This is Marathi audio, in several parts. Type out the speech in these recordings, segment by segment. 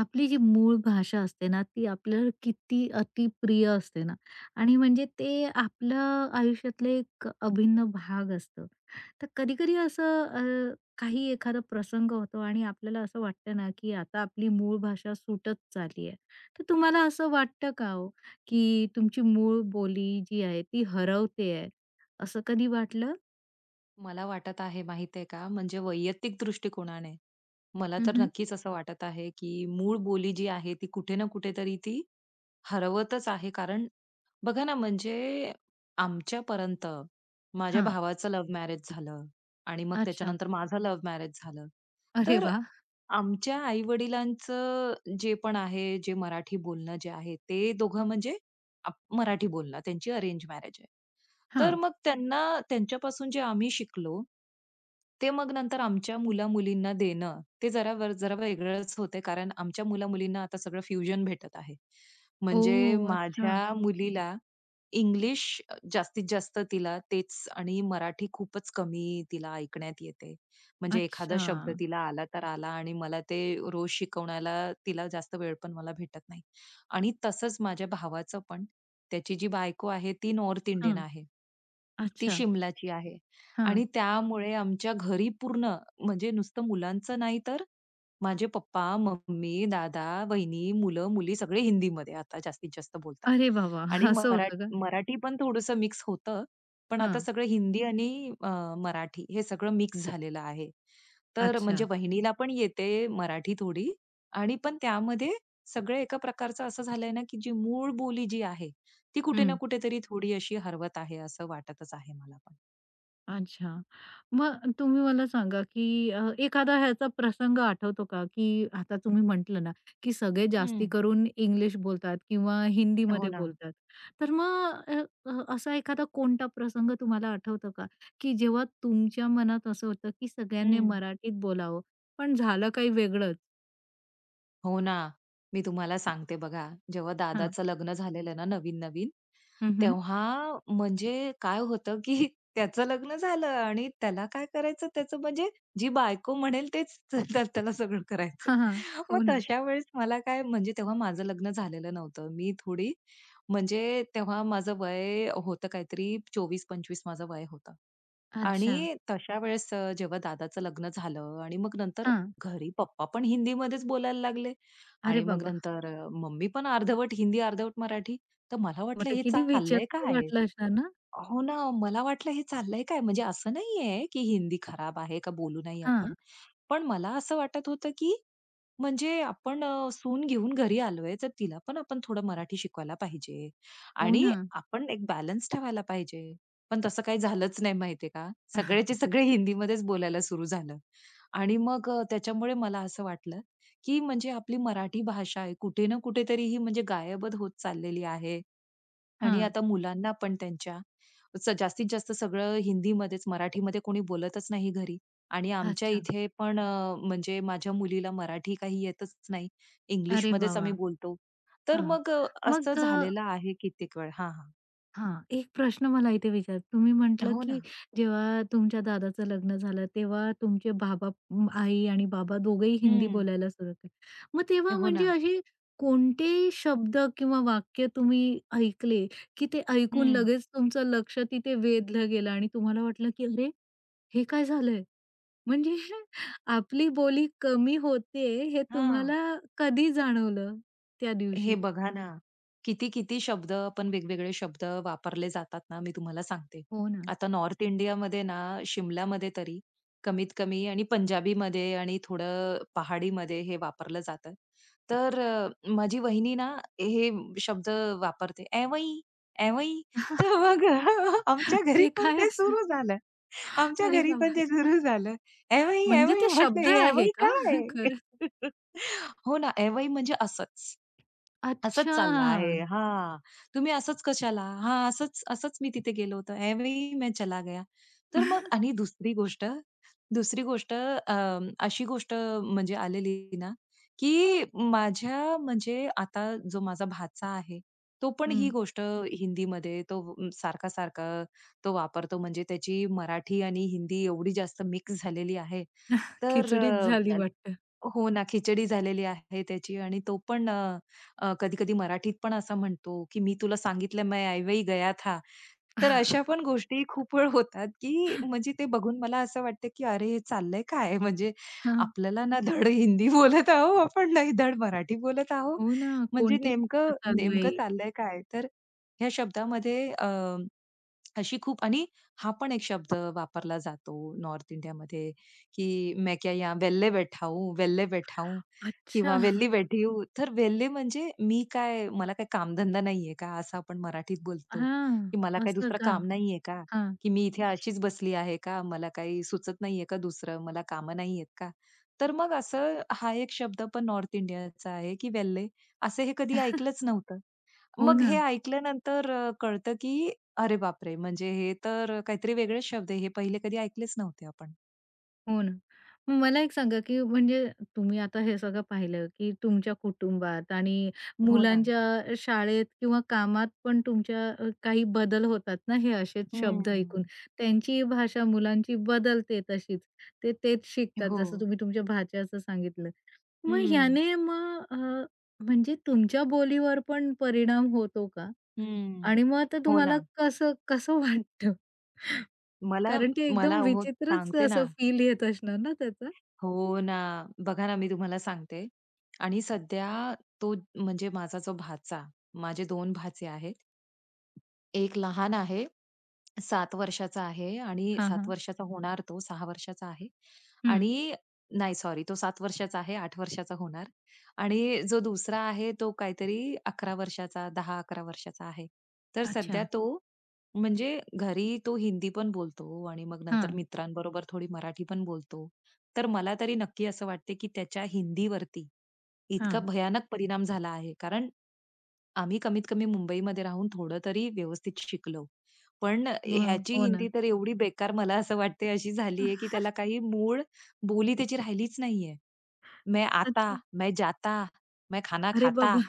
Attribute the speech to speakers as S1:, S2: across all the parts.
S1: आपली जी मूळ भाषा असते ना, ती आपल्याला किती अतिप्रिय असते ना आणि म्हणजे ते आपल्या आयुष्यातलं एक अभिन्न भाग असतं. तर कधी-कधी असं काही एखादा प्रसंग होतो आणि आपल्याला असं वाटतं ना, की आता आपली मूळ भाषा सुटत चालली आहे. तर तुम्हाला असं वाटतं का हो, की तुमची मूळ बोली जी आहे ती हरवते आहे, असं कधी वाटलं?
S2: मला वाटत आहे माहिती आहे का, म्हणजे वैयक्तिक दृष्टिकोनाने, मला
S1: हं,
S2: तर
S1: हं.
S2: नक्कीच असं वाटत आहे, की मूळ बोली जी आहे ती कुठे ना कुठेतरी ती हरवतच आहे. कारण बघा ना, म्हणजे आमच्यापर्यंत माझ्या भावाचं लव्ह मॅरेज झालं आणि मग
S1: अच्छा.
S2: त्याच्यानंतर माझं लव्ह मॅरेज झालं.
S1: अरे
S2: तर
S1: वाह!
S2: आमच्या आई-वडिलांचं जे पण आहे, जे मराठी बोलणं जे आहे, ते दोघं म्हणजे आप मराठी बोलणं. त्यांची अरेंज मॅरेज आहे. तर
S1: हां.
S2: मग त्यांना त्यांच्यापासून जे आम्ही शिकलो, ते मग नंतर आमच्या मुला-मुलींना देणं, ते जरा वर जरा वेगळंच होतंय. कारण आमच्या मुला-मुलींना आता सगळं फ्युजन भेटत आहे. म्हणजे
S1: ओह! अच्छा.
S2: माझ्या मुलीला इंग्लिश जास्तीत जास्त तिला तेच आणि मराठी खूपच कमी तिला ऐकण्यात येते. म्हणजे एखादा
S1: अच्छा.
S2: शब्द तिला आला तर आला आणि मला ते रोज शिकवण्याला तिला जास्त वेळ पण मला भेटत नाही. आणि तसंच माझ्या भावाचं पण, त्याची जी बायको आहे ती नॉर्थ इंडियन
S1: हां.
S2: आहे. ती
S1: अच्छा.
S2: शिमलाची आहे
S1: हां.
S2: आणि त्यामुळे आमच्या घरी पूर्ण म्हणजे नुसतं मुलांचं नाही तर माझे पप्पा, मम्मी, दादा, वहिनी, मुलं, मुली सगळे हिंदीमध्ये आता जास्तीत जास्त बोलतात.
S1: अरे वाह, वाह!
S2: आणि
S1: असं होतं का?
S2: मराठी पण थोडंसं मिक्स होतं. पण आता
S1: हां.
S2: सगळं हिंदी आणि अ, मराठी हे सगळं मिक्स झालेलं आहे. तर म्हणजे
S1: अच्छा.
S2: वहिनीला पण येते मराठी थोडी आणि पण त्यामध्ये सगळं एका प्रकारचं असं झालंय ना, की जी मूळ बोली जी आहे, ती कुठे ना
S1: हं.
S2: कुठेतरी थोडी अशी हरवत आहे असं वाटतच आहे मला पण.
S1: अच्छा. मग तुम्ही मला सांगा, की अ, एखादा ह्याचा प्रसंग आठवतो का, की आता तुम्ही म्हटलं ना, की सगळे
S2: हं.
S1: जास्ती करून इंग्लिश बोलतात किंवा
S2: हो
S1: हिंदीमध्ये
S2: ना.
S1: बोलतात. तर असा एखादा कोणता प्रसंग तुम्हाला आठवतो का, की जेव्हा तुमच्या मनात असं होतं, की सगळ्यांनी
S2: हं.
S1: मराठीत बोलावं, पण झालं काही वेगळंच?
S2: हो ना. मी तुम्हाला सांगते बघा, जेव्हा
S1: हां.
S2: दादाचं लग्न झालेलं ना नवीन-नवीन,
S1: हं, हं.
S2: तेव्हा म्हणजे काय होतं, की त्याचं लग्न झालं आणि त्याला काय करायचं त्याचं म्हणजे जी बायको म्हणेल तेच. तर त्याला सगळं करायचं.
S1: हां,
S2: मग
S1: हो ना.
S2: तशा वेळेस मला काय म्हणजे तेव्हा माझं लग्न झालेलं नव्हतं. मी थोडी म्हणजे तेव्हा माझं वय होतं काहीतरी 24-25 माझं वय होतं.
S1: अच्छा.
S2: आणि तशा वेळेस जेव्हा दादाचं लग्न झालं आणि मग नंतर
S1: हां.
S2: घरी पप्पा पण हिंदीमध्येच बोलायला लागले
S1: अरे
S2: आणि मग
S1: बाबा!
S2: नंतर मम्मी पण अर्धवट हिंदी, अर्धवट मराठी. तर मला
S1: मग
S2: वाटलं
S1: ते
S2: हे
S1: किती
S2: चाललंय
S1: विचित्र
S2: काय?
S1: वाटलं असणार ना?
S2: हो ना, मला वाटलं हे चाललंय काय? म्हणजे असं नाहीये की हिंदी खराब आहे का बोलू नाही आपण.
S1: हां.
S2: पण मला असं वाटत होतं की म्हणजे आपण सून घेऊन घरी आलोय, तर तिला पण आपण थोडं मराठी शिकवायला पाहिजे
S1: हो
S2: आणि
S1: ना.
S2: आपण एक बॅलन्स ठेवायला पाहिजे. पण तसं काही झालंच नाही माहितीये का? सगळेचे सगळे हिंदीमध्येच बोलायला सुरू झालं आणि मग त्याच्यामुळे मला असं वाटलं की म्हणजे आपली मराठी भाषा आहे कुठे ना कुठेतरी ही म्हणजे गायबच होत चाललेली आहे. आणि
S1: हां.
S2: आता मुलांना पण त्यांच्या जास्तीत जास्त सगळं हिंदीमध्येच, मराठीमध्ये कोणी बोलतच नाही घरी. आणि आमच्या
S1: अच्छा.
S2: इथे पण म्हणजे माझ्या मुलीला मराठी काही येतच नाही.
S1: अरे वाह,
S2: इंग्लिशमध्येच आम्ही
S1: वाह!
S2: बोलतो. तर
S1: हां.
S2: मग असं
S1: मग अ,
S2: झालेलं आहे कित्येक वेळा. हां, हां.
S1: हां, एक प्रश्न मला इथे विचार तुम्ही म्हटलं,
S2: हो
S1: की
S2: ना.
S1: जेव्हा तुमच्या दादाचं लग्न झालं, तेव्हा तुमचे बाबा आई आणि बाबा दोघेही हिंदी
S2: हं.
S1: बोलायला सुरू केली. मग तेव्हा
S2: हो
S1: म्हणजे
S2: ना.
S1: असे कोणते शब्द किंवा वाक्य तुम्ही ऐकले, की ते ऐकून
S2: हं.
S1: लगेच तुमचं लक्ष तिथे वेधलं गेलं आणि तुम्हाला वाटलं, की "अरे, हे काय झालंय?" म्हणजे आपली बोली कमी होते हे
S2: हां.
S1: तुम्हाला कधी जाणवलं त्या
S2: हे
S1: दिवशी?
S2: बघा ना, किती शब्द पण वेगवेगळे शब्द वापरले जातात ना, मी तुम्हाला सांगते.
S1: हो ना.
S2: आता नॉर्थ इंडियामध्ये ना, शिमलामध्ये तरी कमीत कमी आणि पंजाबीमध्ये आणि थोडं पहाडीमध्ये हे वापरलं जातं. तर माझी वहिनी ना, हे शब्द वापरते, "ऐवई, ऐवई." तर मग आमच्या घरी
S1: ते
S2: पण
S1: काय
S2: ते
S1: असतं?
S2: सुरू झालं. आमच्या
S1: अरे
S2: घरी पण
S1: बाबा!
S2: ते सुरू झालं. "ऐवई,
S1: म्हणजे
S2: ऐवई."
S1: ते
S2: म्हटलं,
S1: शब्द
S2: हे
S1: आहे
S2: "ऐवई
S1: का?
S2: काय?"
S1: खरं?
S2: हो ना, ऐवई म्हणजे असंच. असंच चाललं आहे.
S1: अच्छा!
S2: हां. तुम्ही असंच कशाला? हां, असंच असंच मी तिथे गेलो होतो. ऐवें ही मैं चला गया. तर मग आणि दुसरी गोष्ट अशी गोष्ट म्हणजे आलेली ना, की माझ्या म्हणजे आता जो माझा भाचा आहे, तो पण ही
S1: हं.
S2: गोष्ट हिंदीमध्ये तो सारखा-सारखा तो वापरतो. म्हणजे त्याची मराठी आणि हिंदी एवढी जास्त मिक्स झालेली आहे. तर
S1: खिचडीच झाली वाटतं.
S2: हो ना, खिचडी झालेली आहे त्याची आणि तो पण अ, अ, कधी-कधी मराठीत पण असा म्हणतो, की "मी तुला सांगितलं मैं ऐवही गया था." तर अशा पण गोष्टी खूप वेळ होतात, की म्हणजे ते बघून मला असं वाटतं, की अरे हे चाललंय काय? म्हणजे
S1: हां.
S2: आपल्याला ना धड हिंदी बोलत आहोत आपण, नाही धड मराठी बोलत आहोत.
S1: हो ना.
S2: म्हणजे
S1: कोणती भाषा
S2: नेमकं
S1: चालू आहे?
S2: नेमकं चाललंय काय? तर ह्या शब्दामध्ये अशी खूप आणि हा पण एक शब्द वापरला जातो नॉर्थ इंडियामध्ये, की "मैं क्या यहाँ वेल्ले बैठा वेल्ले बैठा हूँ"
S1: अच्छा!
S2: किंवा "वेल्ली बैठी हूँ." तर वेल्ले म्हणजे मी काय मला काय कामधंदा नाहीये का? असं आपण मराठीत बोलतो,
S1: हां.
S2: की मला काही
S1: असं
S2: दुसरं
S1: का?
S2: काम नाहीये का?
S1: हां.
S2: की मी इथे अशीच बसली आहे का? मला काही सुचत नाहीये का दुसरं? मला कामं नाही का? तर मग असं हा एक शब्द पण नॉर्थ इंडियाचा आहे, की वेल्ले. असं हे कधी ऐकलंच नव्हतं.
S1: हो
S2: मग
S1: ना.
S2: हे ऐकल्यानंतर कळतं की अरे बापरे! म्हणजे हे तर काहीतरी वेगळेच शब्द आहे. हे पहिले कधी ऐकलेच नव्हते आपण.
S1: हो ना. मग मला एक सांगा, की म्हणजे तुम्ही आता हे सगळं पाहिलं, की तुमच्या कुटुंबात आणि
S2: हो ना.
S1: मुलांच्या शाळेत किंवा कामात पण तुमच्या काही बदल होतात ना, हे असेच शब्द ऐकून.
S2: हं.
S1: त्यांची भाषा मुलांची बदलते तशीच. ते तेच शिकतात,
S2: हो.
S1: जसं तुम्ही तुमच्या भाच्याचं सांगितलं. मग
S2: हं,
S1: ह्याने मग अ, म्हणजे तुमच्या बोलीवर पण परिणाम होतो का?
S2: हं.
S1: आणि मग आता
S2: हो
S1: तुम्हाला
S2: ना.
S1: कसं कसं वाटतं?
S2: मला
S1: कारण ते
S2: मला
S1: एकदम
S2: हो
S1: विचित्रच
S2: सांगते
S1: असं
S2: ना.
S1: फील येत असणार ना त्याचा?
S2: हो ना. बघा ना, मी तुम्हाला सांगते आणि सध्या तो म्हणजे माझा जो भाचा, माझे दोन भाचे आहेत. एक लहान आहे 7 वर्षाचा आहे आणि
S1: हां,
S2: 7
S1: हां.
S2: वर्षाचा होणार तो, 6 वर्षाचा आहे
S1: हं.
S2: आणि नाही सॉरी तो 7 वर्षाचा आहे, 8 वर्षाचा होणार आणि जो दुसरा आहे तो काहीतरी 11 वर्षाचा, 10-11 वर्षाचा आहे. तर सध्या
S1: अच्छा.
S2: तो म्हणजे घरी तो हिंदी पण बोलतो आणि मग नंतर
S1: हां,
S2: मित्रांबरोबर थोडी मराठी पण बोलतो. तर मला तरी नक्की असं वाटते, की त्याच्या हिंदीवरती इतका
S1: हां.
S2: भयानक परिणाम झाला आहे. कारण आम्ही कमीत कमी मुंबईमध्ये राहून थोडं तरी व्यवस्थित शिकलो. पण
S1: हो,
S2: ह्याची
S1: हो ना.
S2: हिंदी तर एवढी बेकार मला असं वाटते अशी झाली आहे, की त्याला काही मूळ बोली त्याची राहिलीच नाहीये. मैं आता,
S1: अच्छा.
S2: मैं जाता, मैं खाना
S1: अरे
S2: खाता.
S1: बाबा!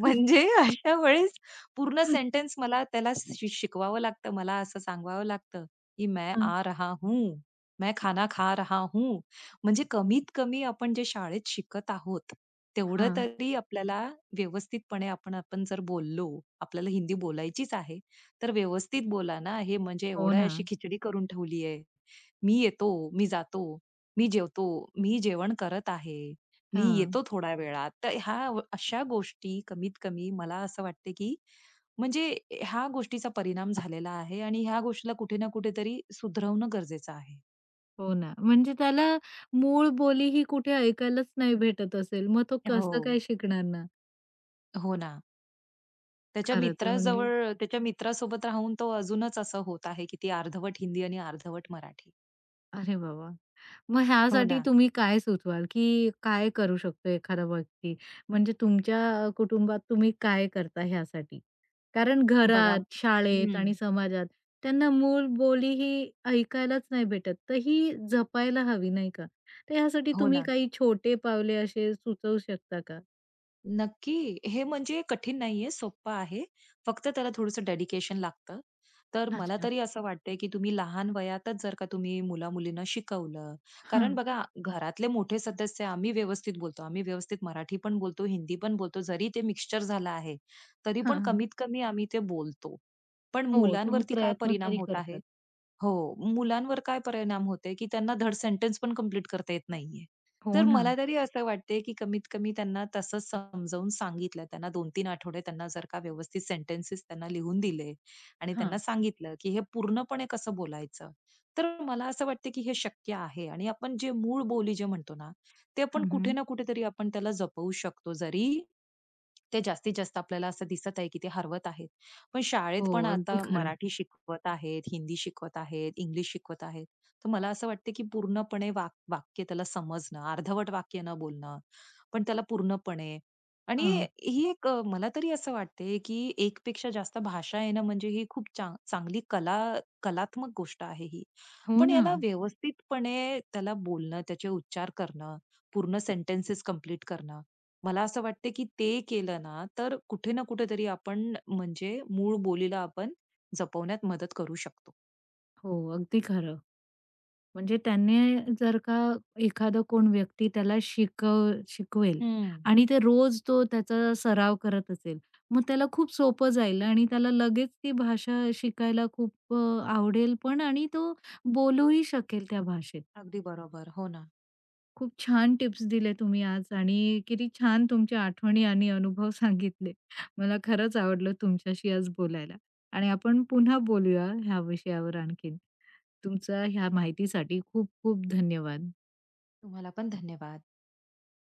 S2: म्हणजे अशा वेळेस पूर्ण सेंटेन्स मला त्याला शिकवावं लागतं. मला असं सांगवावं लागतं, की "मैं
S1: हां,
S2: आ रहा हूँ, मैं खाना खा रहा हूँ." म्हणजे कमीत कमी आपण जे शाळेत शिकत आहोत, तेवढं
S1: हां.
S2: तरी आपल्याला व्यवस्थितपणे आपण आपण जर बोललो, आपल्याला हिंदी बोलायचीच आहे, तर व्यवस्थित बोला ना. हे म्हणजे
S1: हो
S2: एवढं
S1: ना.
S2: अशी खिचडी करून ठेवली. मी येतो, मी जातो, मी जेवतो, मी जेवण करत आहे, मी
S1: हां.
S2: येतो थोड्या वेळात. तर ह्या अशा गोष्टी कमीत कमी मला असं वाटते, की म्हणजे ह्या गोष्टीचा परिणाम झालेला आहे आणि ह्या गोष्टीला कुठे ना कुठेतरी सुधरवणं गरजेचं आहे.
S1: हो ना. म्हणजे त्याला मूळ बोली ही कुठे ऐकायलाच नाही भेटत असेल. मग तो
S2: हो.
S1: कसं काय शिकणार ना?
S2: हो ना. त्याच्या
S1: खरंच म्हणजे
S2: मित्राजवळ त्याच्या मित्रासोबत राहून तो अजूनच असं होत आहे, की ती अर्धवट हिंदी आणि अर्धवट मराठी.
S1: अरे बाबा! मग
S2: हो
S1: ह्यासाठी
S2: ना.
S1: तुम्ही काय सुचवाल, की काय करू शकतो एखादा व्यक्ती? म्हणजे तुमच्या कुटुंबात तुम्ही काय करता ह्यासाठी? कारण
S2: बघा
S1: घरात, शाळेत
S2: हं.
S1: आणि समाजात त्यांना मूळ बोली ही ऐकायलाच नाही भेटत, तर ही जपायला हवी नाही का? तर ह्यासाठी
S2: हो
S1: तुम्ही
S2: ना.
S1: काही छोटे पावले असे सुचवू शकता का?
S2: नक्की. हे म्हणजे कठीण नाहीये, सोप्पं आहे. फक्त त्याला थोडंसं डेडिकेशन लागतं. तर मला
S1: अच्छा.
S2: तरी असं वाटतंय, की तुम्ही लहान वयातच जर का तुम्ही मुला-मुलींना शिकवलं. कारण
S1: हां,
S2: बघा घरातले मोठे सदस्य आम्ही व्यवस्थित बोलतो. आम्ही व्यवस्थित मराठी पण बोलतो, हिंदी पण बोलतो. जरी ते मिक्सचर झालं आहे, तरी
S1: हां,
S2: पण
S1: हां.
S2: कमीत कमी आम्ही ते बोलतो. पण
S1: हो, तुम्ही
S2: मुलांवरती काय
S1: प्रयत्न
S2: परिणाम
S1: तरी
S2: होत आहे?
S1: करतात.
S2: हो. मुलांवर काय परिणाम होते, की त्यांना धड सेंटन्स पण कंप्लीट करता येत नाहीये.
S1: हो
S2: तर
S1: ना.
S2: मला तरी असं वाटते, की कमीत कमी त्यांना तसं समजावून सांगितलं. त्यांना 2-3 आठवडे त्यांना जर का व्यवस्थित सेंटेन्सेस त्यांना लिहून दिले आणि त्यांना
S1: हां.
S2: सांगितलं, की हे पूर्णपणे कसं बोलायचं. तर मला असं वाटतं, की हे शक्य आहे आणि आपण जे मूळ बोली जे म्हणतो ना, ते आपण
S1: हं,
S2: कुठे
S1: हं.
S2: ना कुठेतरी आपण त्याला जपवू शकतो. जरी ते जास्तीत जास्त आपल्याला असं दिसत आहे, की ते हरवत आहेत. पण शाळेत
S1: हो,
S2: पण
S1: अगदी
S2: आता
S1: खरं.
S2: मराठी शिकवत आहेत, हिंदी शिकवत आहेत, इंग्लिश शिकवत आहेत. तर मला असं वाटतं की पूर्णपणे वाक्य त्याला समजणं, अर्धवट वाक्य न बोलणं, पण त्याला पूर्णपणे आणि
S1: हां.
S2: ही एक मला तरी असं वाटते की एकपेक्षा जास्त भाषा येणं म्हणजे ही खूप चांगली कलात्मक गोष्ट आहे ही.
S1: हो
S2: पण
S1: ना.
S2: याला व्यवस्थितपणे त्याला बोलणं, त्याचे उच्चार करणं, पूर्ण सेंटेन्सेस कंप्लीट करणं मला असं वाटतं, की ते केलं ना, तर कुठे ना कुठेतरी आपण म्हणजे मूळ बोलीला आपण जपवण्यात मदत करू शकतो.
S1: हो, अगदी खरं. म्हणजे त्याने जर का एखादा कोण व्यक्ती त्याला शिकवेल
S2: हं.
S1: आणि ते रोज तो त्याचा सराव करत असेल, मग त्याला खूप सोपं जाईल आणि त्याला लगेच ती भाषा शिकायला खूप आवडेल पण आणि तो बोलूही शकेल त्या भाषेत.
S2: अगदी बरोबर. हो ना.
S1: खूप छान टिप्स दिले तुम्ही आज आणि किती छान तुमच्या आठवणी आणि अनुभव सांगितले. मला खरंच आवडलं तुमच्याशी आज बोलायला आणि आपण पुन्हा बोलूया ह्या विषयावर आणखीन. तुमचा ह्या माहितीसाठी खूप खूप धन्यवाद.
S2: तुम्हाला पण धन्यवाद.